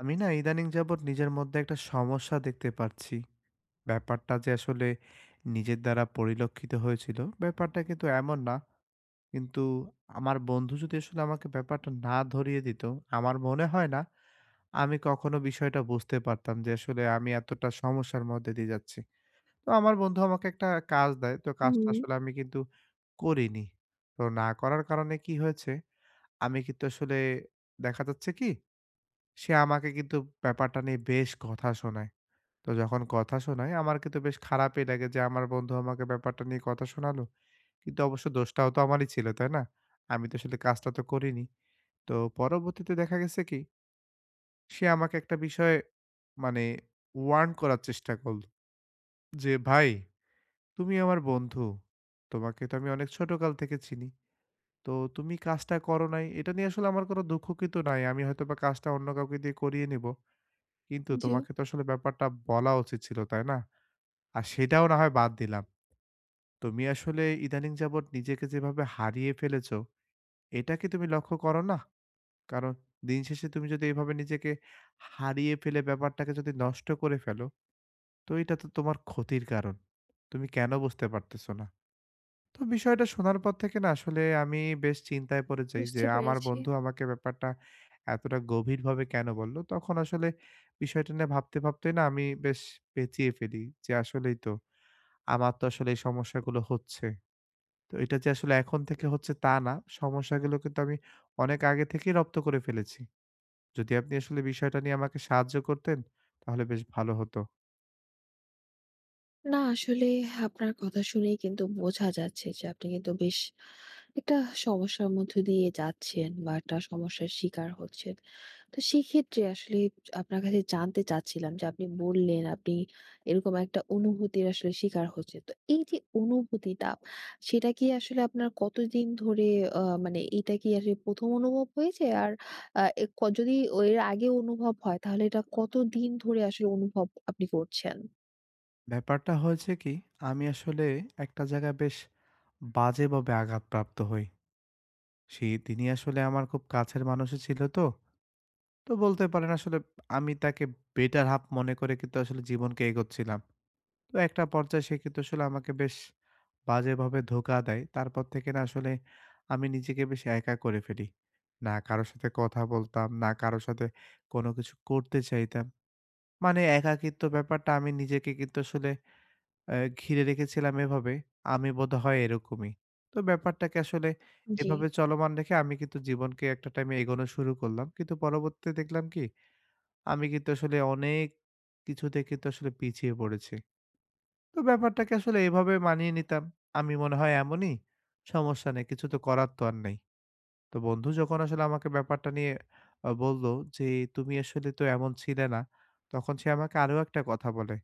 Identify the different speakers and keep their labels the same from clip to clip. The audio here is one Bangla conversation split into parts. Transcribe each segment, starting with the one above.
Speaker 1: আমি না ইদানিং যাবৎ নিজের মধ্যে একটা সমস্যা দেখতে পারছি। ব্যাপারটা যে আসলে নিজের দ্বারা পরিলক্ষিত হয়েছিল, ব্যাপারটা কিন্তু এমন না। কিন্তু আমার বন্ধু যদি আসলে আমাকে ব্যাপারটা না ধরিয়ে দিত, আমার মনে হয় না আমি কখনো বিষয়টা বুঝতে পারতাম যে আসলে আমি এতটা সমস্যার মধ্যে দিয়ে যাচ্ছি। তো আমার বন্ধু আমাকে একটা কাজ দেয়, তো কাজটা
Speaker 2: হুম,
Speaker 1: আসলে আমি কিন্তু করিনি। তো না করার কারণে কি হয়েছে, আমি কিন্তু আসলে দেখা যাচ্ছে কি সে আমাকে কিন্তু ব্যাপারটা নিয়ে বেশ কথা শোনায়। তো যখন কথা শোনায় আমার কিন্তু বেশ খারাপই লাগে যে আমার বন্ধু আমাকে ব্যাপারটা নিয়ে কথা শোনালো। কিন্তু অবশ্য দোষটাও তো আমারই ছিল, তাই না? আমি তো আসলে কাজটা তো করিনি। তো পরবর্তীতে দেখা গেছে কি সে আমাকে একটা বিষয়ে মানে ওয়ার্ন করার চেষ্টা করল যে, "ভাই তুমি আমার বন্ধু। তোমাকে তো আমি অনেক ছোটকাল থেকে চিনি। তো তুমি কাজটা করো নাই এটা নিয়ে আসলে আমার কোনো দুঃখ কিন্তু নাই। আমি হয়তোবা কাজটা অন্য কাউকে দিয়ে করিয়ে নিব।" কিন্তু
Speaker 2: জি,
Speaker 1: তোমাকে তো আসলে ব্যাপারটা বলা উচিত ছিল, তাই না? আর সেটাও না হয় বাদ দিলাম। তুমি আসলে ইদানিং যাবৎ নিজেকে যেভাবে হারিয়ে ফেলেছো, এটা কি তুমি লক্ষ্য করো না? কারণ দিন শেষে তুমি যদি এভাবে নিজেকে হারিয়ে ফেলে ব্যাপারটাকে যদি নষ্ট করে ফেলো, তো এটা তো তোমার ক্ষতির কারণ। তুমি কেন বুঝতে পারতেছো না? তো বিষয়টা শোনার পর থেকে না আসলে আমি বেশ চিন্তায় পড়ে যাই যে
Speaker 2: বুঝতে
Speaker 1: আমার
Speaker 2: পেরেছি।
Speaker 1: বন্ধু আমাকে ব্যাপারটা এতটা গভীরভাবে কেন বলল তখন আসলে বিষয়টা নিয়ে ভাবতে ভাবতে না আমি বেশ পেঁচিয়ে ফেলি যে আসলেই তো আমার তো আসলে এই সমস্যাগুলো হচ্ছে। তো এটা যে আসলে এখন থেকে হচ্ছে তা না, সমস্যাগুলো কিন্তু আমি অনেক আগে থেকেই রপ্ত করে ফেলেছি। যদি আপনি আসলে বিষয়টা নিয়ে আমাকে সাহায্য করতেন তাহলে বেশ ভালো হতো।
Speaker 2: না আসলে, আপনার কথা শুনেই কিন্তু বোঝা যাচ্ছে যে আপনি কিন্তু বেশ একটা সমস্যার মধ্য দিয়ে যাচ্ছেন বা একটা সমস্যার শিকার হচ্ছেন। তো সেক্ষেত্রে আসলে আপনার কাছে জানতে চাচ্ছিলাম যে আপনি বললেন আপনি এরকম একটা অনুভূতির আসলে শিকার হচ্ছেন। তো এই যে অনুভূতিটা, সেটা কি আসলে আপনার কতদিন ধরে, মানে এটা কি আসলে ১ম অনুভব হয়েছে? আর এ ক যদি ও এর আগে অনুভব হয়, তাহলে এটা কতদিন ধরে আসলে অনুভব আপনি করছেন?
Speaker 1: ব্যাপারটা হয়েছে কি আমি আসলে একটা জায়গায় বেশ বাজেভাবে আঘাতপ্রাপ্ত হই। সে তিনি আসলে আমার খুব কাছের মানুষই ছিল তো। তো বলতে পারেন আসলে আমি তাকে বেটার হাফ মনে করে কিন্তু আসলে জীবনকে এগোচ্ছিলাম। তো একটা পর্যায়ে সে কিন্তু আসলে আমাকে বেশ বাজেভাবে ধোঁকা দেয়। তারপর থেকে না আসলে আমি নিজেকে বেশ একা করে ফেলি। না কারো সাথে কথা বলতাম, না কারো সাথে কোনো কিছু করতে চাইতাম। মানে একাকিত্ব ব্যাপারটা আমি নিজেকে কিন্তু আসলে ঘিরে রেখেছিলাম এভাবে, আমি বোধহয় এরকমই। তো ব্যাপারটাকে আসলে
Speaker 2: জি।
Speaker 1: এভাবে চলমান রেখে আমি কিন্তু জীবনকে একটা টাইমে এগোনো শুরু করলাম। কিন্তু পরবর্তীতে দেখলাম কি, আমি কিন্তু আসলে অনেক কিছুতে কিন্তু আসলে পিছিয়ে পড়েছি। তো ব্যাপারটাকে আসলে এভাবে মানিয়ে নিতাম। আমি মনে হয় এমনই, সমস্যা নেই, কিছু তো করার তো আর নেই। তো বন্ধু যখন আসলে আমাকে ব্যাপারটা নিয়ে বলল যে, "তুমি আসলে তো এমন ছিলে না।" তখন সে আমাকে আরো একটা কথা বলে,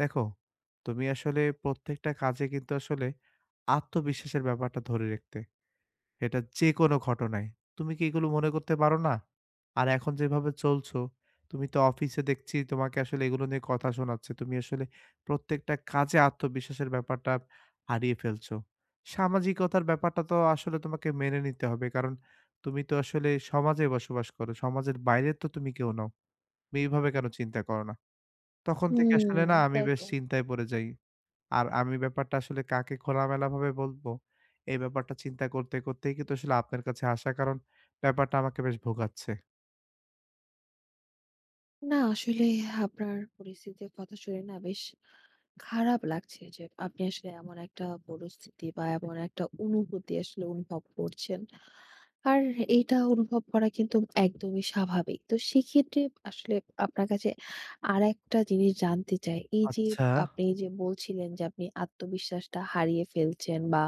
Speaker 1: "দেখো, তুমি আসলে প্রত্যেকটা কাজে কিন্তু আসলে আত্মবিশ্বাসের ব্যাপারটা ধরে রাখতে। এটা যেকোনো ঘটনায়। তুমি কি এগুলো মনে করতে পারো না? আর এখন যেভাবে চলছো, তুমি তো অফিসে দেখছি তোমাকে আসলে এগুলো নিয়ে কথা শোনাচ্ছে। তুমি আসলে প্রত্যেকটা কাজে আত্মবিশ্বাসের ব্যাপারটা হারিয়ে ফেলছো। সামাজিকতার ব্যাপারটা তো আসলে তোমাকে মেনে নিতে হবে। কারণ তুমি তো আসলে সমাজে বসবাস করো। সমাজের বাইরে তো তুমি কেউ নও। তুমি এইভাবে কেন চিন্তা করো না?" তখন থেকে
Speaker 2: হুম,
Speaker 1: আসলে না আমি
Speaker 2: তাই
Speaker 1: বেশ
Speaker 2: তো।
Speaker 1: চিন্তায় পড়ে যাই। আর আমি ব্যাপারটা আসলে কাকে খোলামেলাভাবে বলবো, এই ব্যাপারটা চিন্তা করতে, করতেই কিন্তু আসলে আপনার কাছে আসা। কারণ ব্যাপারটা আমাকে বেশ ভোগাচ্ছে।
Speaker 2: না আসলে, আপনার পরিস্থিতির কথা শুনে না বেশ খারাপ লাগছে যে আপনি আসলে এমন একটা পরিস্থিতি বা এমন একটা অনুভূতি আসলে অনুভব করছেন। আর এইটা অনুভব করা কিন্তু একদমই স্বাভাবিক। তো সেক্ষেত্রে আসলে আপনার কাছে আরেকটা জিনিস জানতে চাই। এই যে
Speaker 1: আচ্ছা।
Speaker 2: আপনি যে বলছিলেন যে আপনি আত্মবিশ্বাসটা হারিয়ে ফেলছেন, বা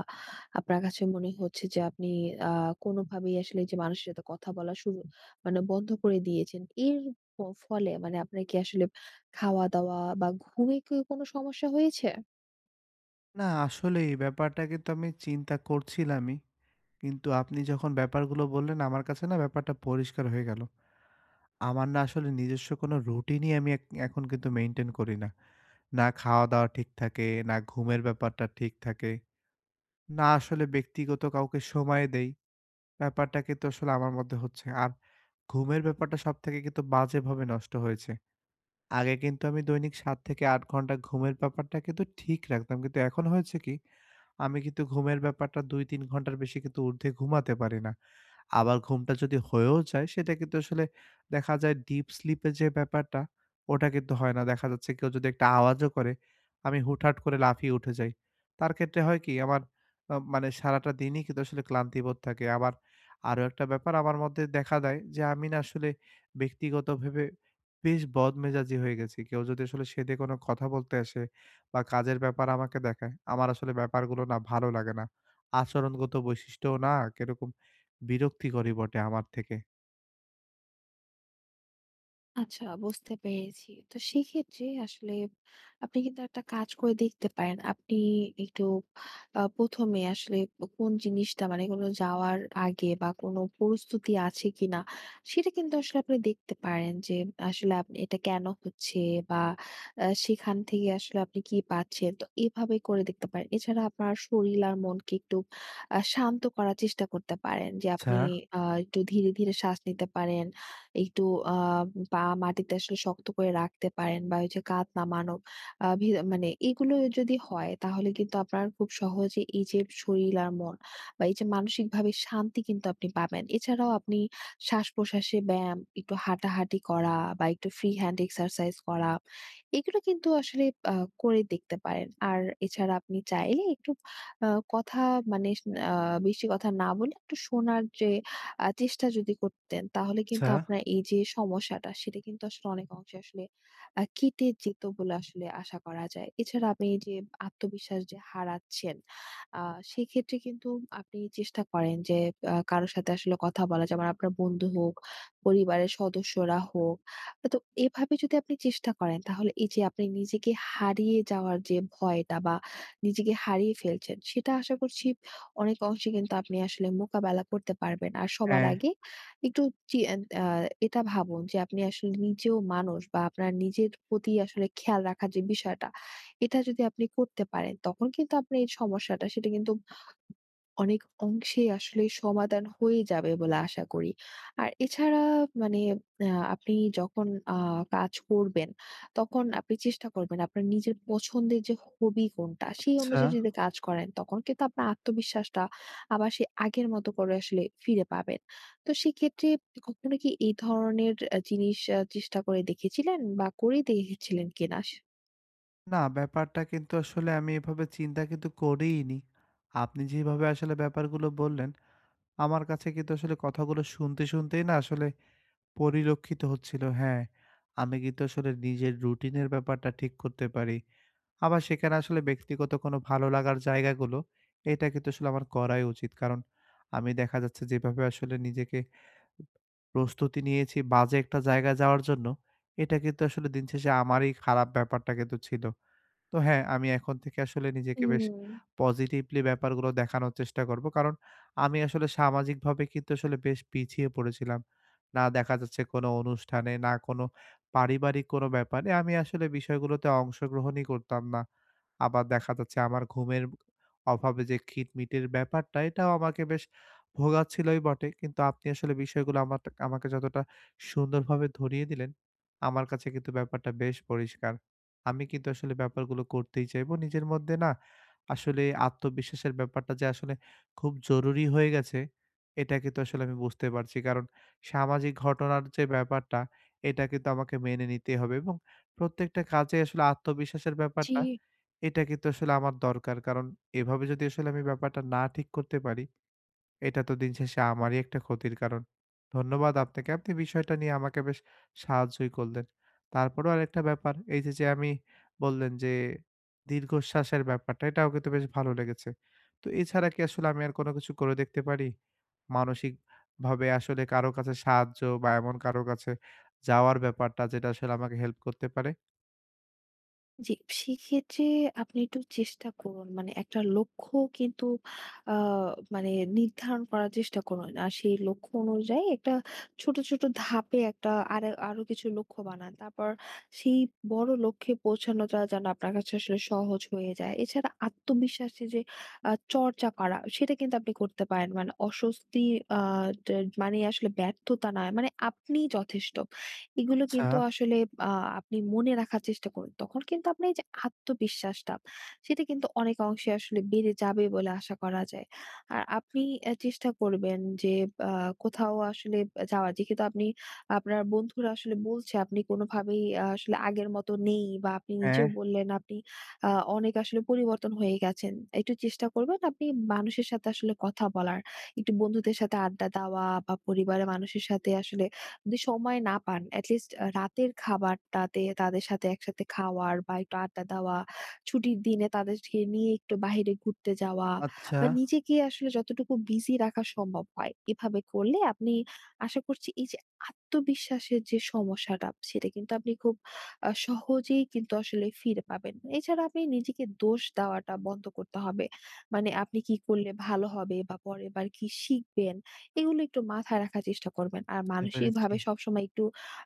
Speaker 2: আপনার কাছে মনে হচ্ছে যে আপনি আ কোনোভাবেই আসলে যে মানুষের সাথে কথা বলা মানে বন্ধ করে দিয়েছেন। এর ফ ফলে মানে আপনার কি আসলে খাওয়া-দাওয়া বা ঘুমে কি কোনো সমস্যা হয়েছে?
Speaker 1: না, আসলেই ব্যাপারটা কিন্তু আমি চিন্তা করছিলামই। কিন্তু আপনি যখন ব্যাপারগুলো বললেন, আমার কাছে না ব্যাপারটা পরিষ্কার হয়ে গেল। আমার না আসলে নিজস্ব কোনো রুটিনই আমি এখন কিন্তু মেইনটেইন করি না। না খাওয়া-দাওয়া ঠিক থাকে, না ঘুমের ব্যাপারটা ঠিক থাকে, না আসলে ব্যক্তিগত কাউকে সময় দেই। ব্যাপারটা কিন্তু আসলে আমার মধ্যে হচ্ছে। আর ঘুমের ব্যাপারটা সবথেকে কিন্তু বাজেভাবে নষ্ট হয়েছে। আগে কিন্তু আমি দৈনিক ৭ থেকে ৮ ঘন্টা ঘুমের ব্যাপারটা কিন্তু ঠিক রাখতাম। কিন্তু এখন হয়েছে কি? আমি কিন্তু ঘুমের ব্যাপারটা ২-৩ ঘন্টার বেশি কিন্তু ঊর্ধ্বে ঘুমাতে পারি না। আবার ঘুমটা যদি হয়েও যায় সেটা কিন্তু আসলে দেখা যায় ডিপ স্লিপ এর যে ব্যাপারটা ওটা কিন্তু হয় না। দেখা যাচ্ছে কেউ যদি একটা আওয়াজও করে আমি হুটহাট করে লাফিয়ে উঠে যাই। তার ক্ষেত্রে হয় কি? আমার মানে সারাটা দিনই কিন্তু আসলে ক্লান্তিবোধ থাকে। আবার আরো একটা ব্যাপার আমার মধ্যে দেখা দেয় যে আমি না আসলে ব্যক্তিগতভাবে বেশ বদমেজাজি হয়ে গেছি। কেউ যদি আসলে সেধে কোনো কথা বলতে আসে বা কাজের ব্যাপার আমাকে দেখায়, আমার আসলে ব্যাপারগুলো না ভালো লাগে না। আচরণগত বৈশিষ্ট্যও না কিরকম বিরক্তিকরই বটে আমার থেকে।
Speaker 2: আচ্ছা, বুঝতে পেরেছি। তো সেক্ষেত্রে আসলে আপনি কিন্তু একটা কাজ করে দেখতে পারেন। আপনি একটু ১ম এ আসলে কোন জিনিসটা, মানে কোনো যাওয়ার আগে বা কোনো প্রস্তুতি আছে কিনা, সেটা কিন্তু আসলে আপনি দেখতে পারেন যে আসলে আপনি এটা কেন হচ্ছে বা সেখান থেকে আসলে আপনি কি পাচ্ছেন। তো এভাবে করে দেখতে পারেন। এছাড়া আপনার শরীর আর মনকে একটু শান্ত করার চেষ্টা করতে পারেন। যে
Speaker 1: আচ্ছা,
Speaker 2: আপনি একটু ধীরে, ধীরে শ্বাস নিতে পারেন। একটু আ পা মাটিতে আসলে শক্ত করে রাখতে পারেন বা ওই যে কাঁধ নামানো, আ ভি মানে এগুলো যদি হয় তাহলে কিন্তু আপনার খুব সহজে এই যে শরীর আর মন বা এই যে মানসিকভাবে শান্তি কিন্তু আপনি পাবেন। এছাড়াও আপনি শ্বাস-প্রশ্বাসে ব্যায়াম, একটু হাঁটাহাঁটি করা বা একটু ফ্রি হ্যান্ড এক্সারসাইজ করা, এগুলো কিন্তু আসলে আ করে দেখতে পারেন। আর এছাড়া আপনি চাইলে একটু আ কথা মানে আ বেশি কথা না বলে একটু শোনার যে চেষ্টা যদি করতেন, তাহলে কিন্তু
Speaker 1: আচ্ছা,
Speaker 2: আপনার এই যে সমস্যাটা, সেটা কিন্তু আসলে অনেক অংশে আসলে কেটে যেত বলে আসলে আশা করা যায়। এছাড়া আপনি এই যে আত্মবিশ্বাস যে হারাচ্ছেন, আ সেক্ষেত্রে কিন্তু আপনি চেষ্টা করেন যে কারো সাথে আসলে কথা বলা, যেমন আপনার বন্ধু হোক, পরিবারের সদস্যরা হোক। তো এভাবে যদি আপনি চেষ্টা করেন, তাহলে এই যে আপনি নিজেকে হারিয়ে যাওয়ার যে ভয়টা বা নিজেকে হারিয়ে ফেলছেন, সেটা আশা করছি অনেক অংশে কিন্তু আপনি আসলে মোকাবেলা করতে পারবেন। আর সবার
Speaker 1: হ্যাঁ।
Speaker 2: আগে একটু চি এন আ এটা ভাবুন যে আপনি আসলে নিজেও মানুষ বা আপনার নিজের প্রতি আসলে খেয়াল রাখার যে বিষয়টা, এটা যদি আপনি করতে পারেন তখন কিন্তু আপনার এই সমস্যাটা, সেটা কিন্তু অনেক অংশেই আসলে সমাধান হয়ে যাবে বলে আশা করি। আর এছাড়া, মানে আ আপনি যখন আ কাজ করবেন, তখন আপনি চেষ্টা করবেন আপনার নিজের পছন্দের যে হবি কোনটা, সেই
Speaker 1: আচ্ছা।
Speaker 2: অনুযায়ী যদি কাজ করেন, তখন কিন্তু আপনার আত্মবিশ্বাসটা আবার সেই আগের মতো করে আসলে ফিরে পাবেন। তো সেক্ষেত্রে, কখনো কি এই ধরনের জিনিস চেষ্টা করে দেখেছিলেন বা করে দেখেছিলেন কিনা?
Speaker 1: না, ব্যাপারটা কিন্তু আসলে আমি এভাবে চিন্তা কিন্তু করিইনি। আপনি যেভাবে আসলে ব্যাপারগুলো বললেন, আমার কাছে কিন্তু আসলে কথাগুলো শুনতে, শুনতেই না আসলে পরিলক্ষিত হচ্ছিল। হ্যাঁ, আমি কিন্তু আসলে নিজের রুটিনের ব্যাপারটা ঠিক করতে পারি। আবার সেখানে আসলে ব্যক্তিগত কোনো ভালো লাগার জায়গাগুলো, এটা কিন্তু আসলে আমার করাই উচিত। কারণ আমি দেখা যাচ্ছে যেভাবে আসলে নিজেকে প্রস্তুতি নিয়েছি বাজে একটা জায়গায় যাওয়ার জন্য, এটা কিন্তু আসলে দিন শেষে আমারই খারাপ ব্যাপারটা কিন্তু ছিল। তো হ্যাঁ, আমি এখন থেকে আসলে নিজেকে বেশ
Speaker 2: হুম,
Speaker 1: পজিটিভলি ব্যাপারগুলো দেখানোর চেষ্টা করব। কারণ আমি আসলে সামাজিকভাবে কিন্তু আসলে বেশ পিছিয়ে পড়েছিলাম। না দেখা যাচ্ছে কোনো অনুষ্ঠানে, না কোনো পারিবারিক কোনো ব্যাপারে আমি আসলে বিষয়গুলোতে অংশগ্রহণই করতাম না। আবার দেখা যাচ্ছে আমার ঘুমের অভাবে যে খিটমিটের ব্যাপারটা, এটাও আমাকে বেশ ভোগাচ্ছিলই বটে। কিন্তু আপনি আসলে বিষয়গুলো আমাকে যতটা সুন্দরভাবে ধরিয়ে দিলেন, আমার কাছে কিন্তু ব্যাপারটা বেশ পরিষ্কার। আমি কিন্তু আসলে ব্যাপারগুলো করতেই চাইবো। নিজের মধ্যে না আসলে আত্মবিশ্বাসের ব্যাপারটা যে আসলে খুব জরুরি হয়ে গেছে, এটা কিন্তু আসলে আমি বুঝতে পারছি। কারণ সামাজিক ঘটনার যে ব্যাপারটা, এটা কিন্তু আমাকে মেনে নিতেই হবে এবং প্রত্যেকটা কাজে আসলে আত্মবিশ্বাসের
Speaker 2: জি।
Speaker 1: ব্যাপারটা, এটা কিন্তু আসলে আমার দরকার। কারণ এভাবে যদি আসলে আমি ব্যাপারটা না ঠিক করতে পারি, এটা তো দিন শেষে আমারই একটা ক্ষতির কারণ। ধন্যবাদ আপনাকে। আপনি বিষয়টা নিয়ে আমাকে বেশ সাহায্যই করলেন। তারপরেও আরেকটা ব্যাপার, এই যে, আমি বললেন যে, দীর্ঘশ্বাসের ব্যাপারটা, এটাও কিন্তু বেশ ভালো লেগেছে। তো এছাড়া কি আসলে আমি আর কোনো কিছু করে দেখতে পারি? মানসিকভাবে আসলে কারো কাছে সাহায্য বা এমন কারো কাছে যাওয়ার ব্যাপারটা যেটা আসলে আমাকে হেল্প করতে পারে?
Speaker 2: জি, সেক্ষেত্রে আপনি একটু চেষ্টা করুন। মানে একটা লক্ষ্য কিন্তু আ মানে নির্ধারণ করার চেষ্টা করুন। আর সেই লক্ষ্য অনুযায়ী একটা ছোট, ছোট ধাপে একটা আরো আরো কিছু লক্ষ্য বানান। তারপর সেই বড় লক্ষ্যে পৌঁছানোটা যেন আপনার কাছে আসলে সহজ হয়ে যায়। এছাড়া আত্মবিশ্বাসে যে চর্চা করা সেটা কিন্তু আপনি করতে পারেন। মানে অস্বস্তি, আ ট মানে আসলে ব্যর্থতা নয়। মানে আপনিই যথেষ্ট। এগুলো
Speaker 1: আচ্ছা,
Speaker 2: কিন্তু আসলে আ আপনি মনে রাখার চেষ্টা করুন। তখন কিন্তু আপনার এই যে আত্মবিশ্বাসটা, সেটা কিন্তু অনেক অংশে আসলে বেড়ে যাবে বলে আশা করা যায়। আর আপনি চেষ্টা করবেন যে আ কোথাও আসলে যাওয়ার, যেহেতু আপনার বন্ধুরা আসলে বলছে আপনি কোনোভাবেই আসলে আগের মতো নেই বা আপনি
Speaker 1: হ্যাঁ।
Speaker 2: নিজেও বললেন আপনি আ অনেক আসলে পরিবর্তন হয়ে গেছেন। একটু চেষ্টা করবেন আপনি মানুষের সাথে আসলে কথা বলার, একটু বন্ধুদের সাথে আড্ডা দেওয়া বা পরিবারের মানুষের সাথে আসলে যদি সময় না পান, এটলিস্ট রাতের খাবারটাতে তাদের সাথে একসাথে খাওয়ার বা একটু আড্ডা দেওয়া, ছুটির দিনে তাদেরকে নিয়ে একটু বাহিরে ঘুরতে যাওয়া
Speaker 1: আচ্ছা,
Speaker 2: বা নিজেকে আসলে যতটুকু বিজি রাখা সম্ভব হয়। এভাবে করলে আপনি, আশা করছি, এই যে আত্মবিশ্বাসের যে সমস্যাটা, সেটা কিন্তু আপনি খুব সহজেই কিন্তু আসলে ফিরে পাবেন। এছাড়া আপনি নিজেকে দোষ দেওয়াটা বন্ধ করতে হবে। মানে আপনি কি করলে ভালো হবে বা পরেরবার কি শিখবেন, এগুলো একটু মাথায় রাখার চেষ্টা করবেন। আর
Speaker 1: বুঝতে পেরেছি।
Speaker 2: মানসিকভাবে সবসময় একটু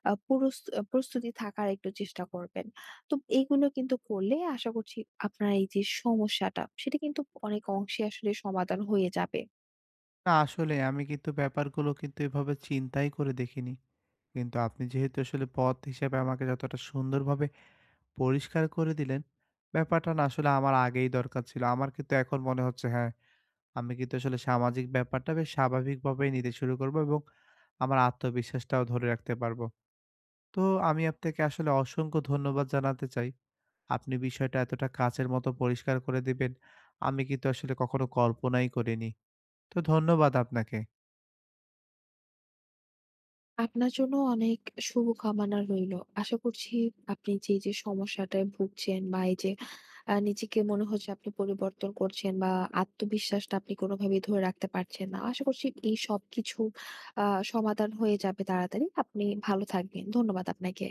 Speaker 2: আ পুরুস আ প্রস্তুতি থাকার একটু চেষ্টা করবেন। তো এগুলো কিন্তু করলে, আশা করছি, আপনার এই যে সমস্যাটা, সেটা কিন্তু অনেক অংশে আসলে সমাধান হয়ে যাবে।
Speaker 1: না আসলে আমি কিন্তু ব্যাপারগুলো কিন্তু এভাবে চিন্তাই করে দেখিনি। কিন্তু আপনি যেহেতু আসলে পথ হিসেবে আমাকে যতটা সুন্দরভাবে পরিষ্কার করে দিলেন, ব্যাপারটা না আসলে আমার আগেই দরকার ছিল। আমার কিন্তু এখন মনে হচ্ছে হ্যাঁ, আমি কিন্তু আসলে সামাজিক ব্যাপারটা বেশ স্বাভাবিকভাবেই নিতে শুরু করব এবং আমার আত্মবিশ্বাসটাও ধরে রাখতে পারবো। তো আমি আপনাকে আসলে অসংখ্য ধন্যবাদ জানাতে চাই। আপনি বিষয়টা এতটা কাঁচের মতো পরিষ্কার করে দিবেন, আমি কিন্তু আসলে কখনো কল্পনাই করিনি। তো ধন্যবাদ আপনাকে।
Speaker 2: আপনার জন্য অনেক শুভকামনা রইল। আশা করছি আপনি যে সমস্যাটায় ভুগছেন বা এই যে নিজেকে মনে হচ্ছে আপনি পরিবর্তন করছেন বা আত্মবিশ্বাসটা আপনি কোনোভাবেই ধরে রাখতে পারছেন না। আশা করছি এই সবকিছু আ সমাধান হয়ে যাবে তাড়াতাড়ি। আপনি ভালো থাকবেন। ধন্যবাদ আপনাকে।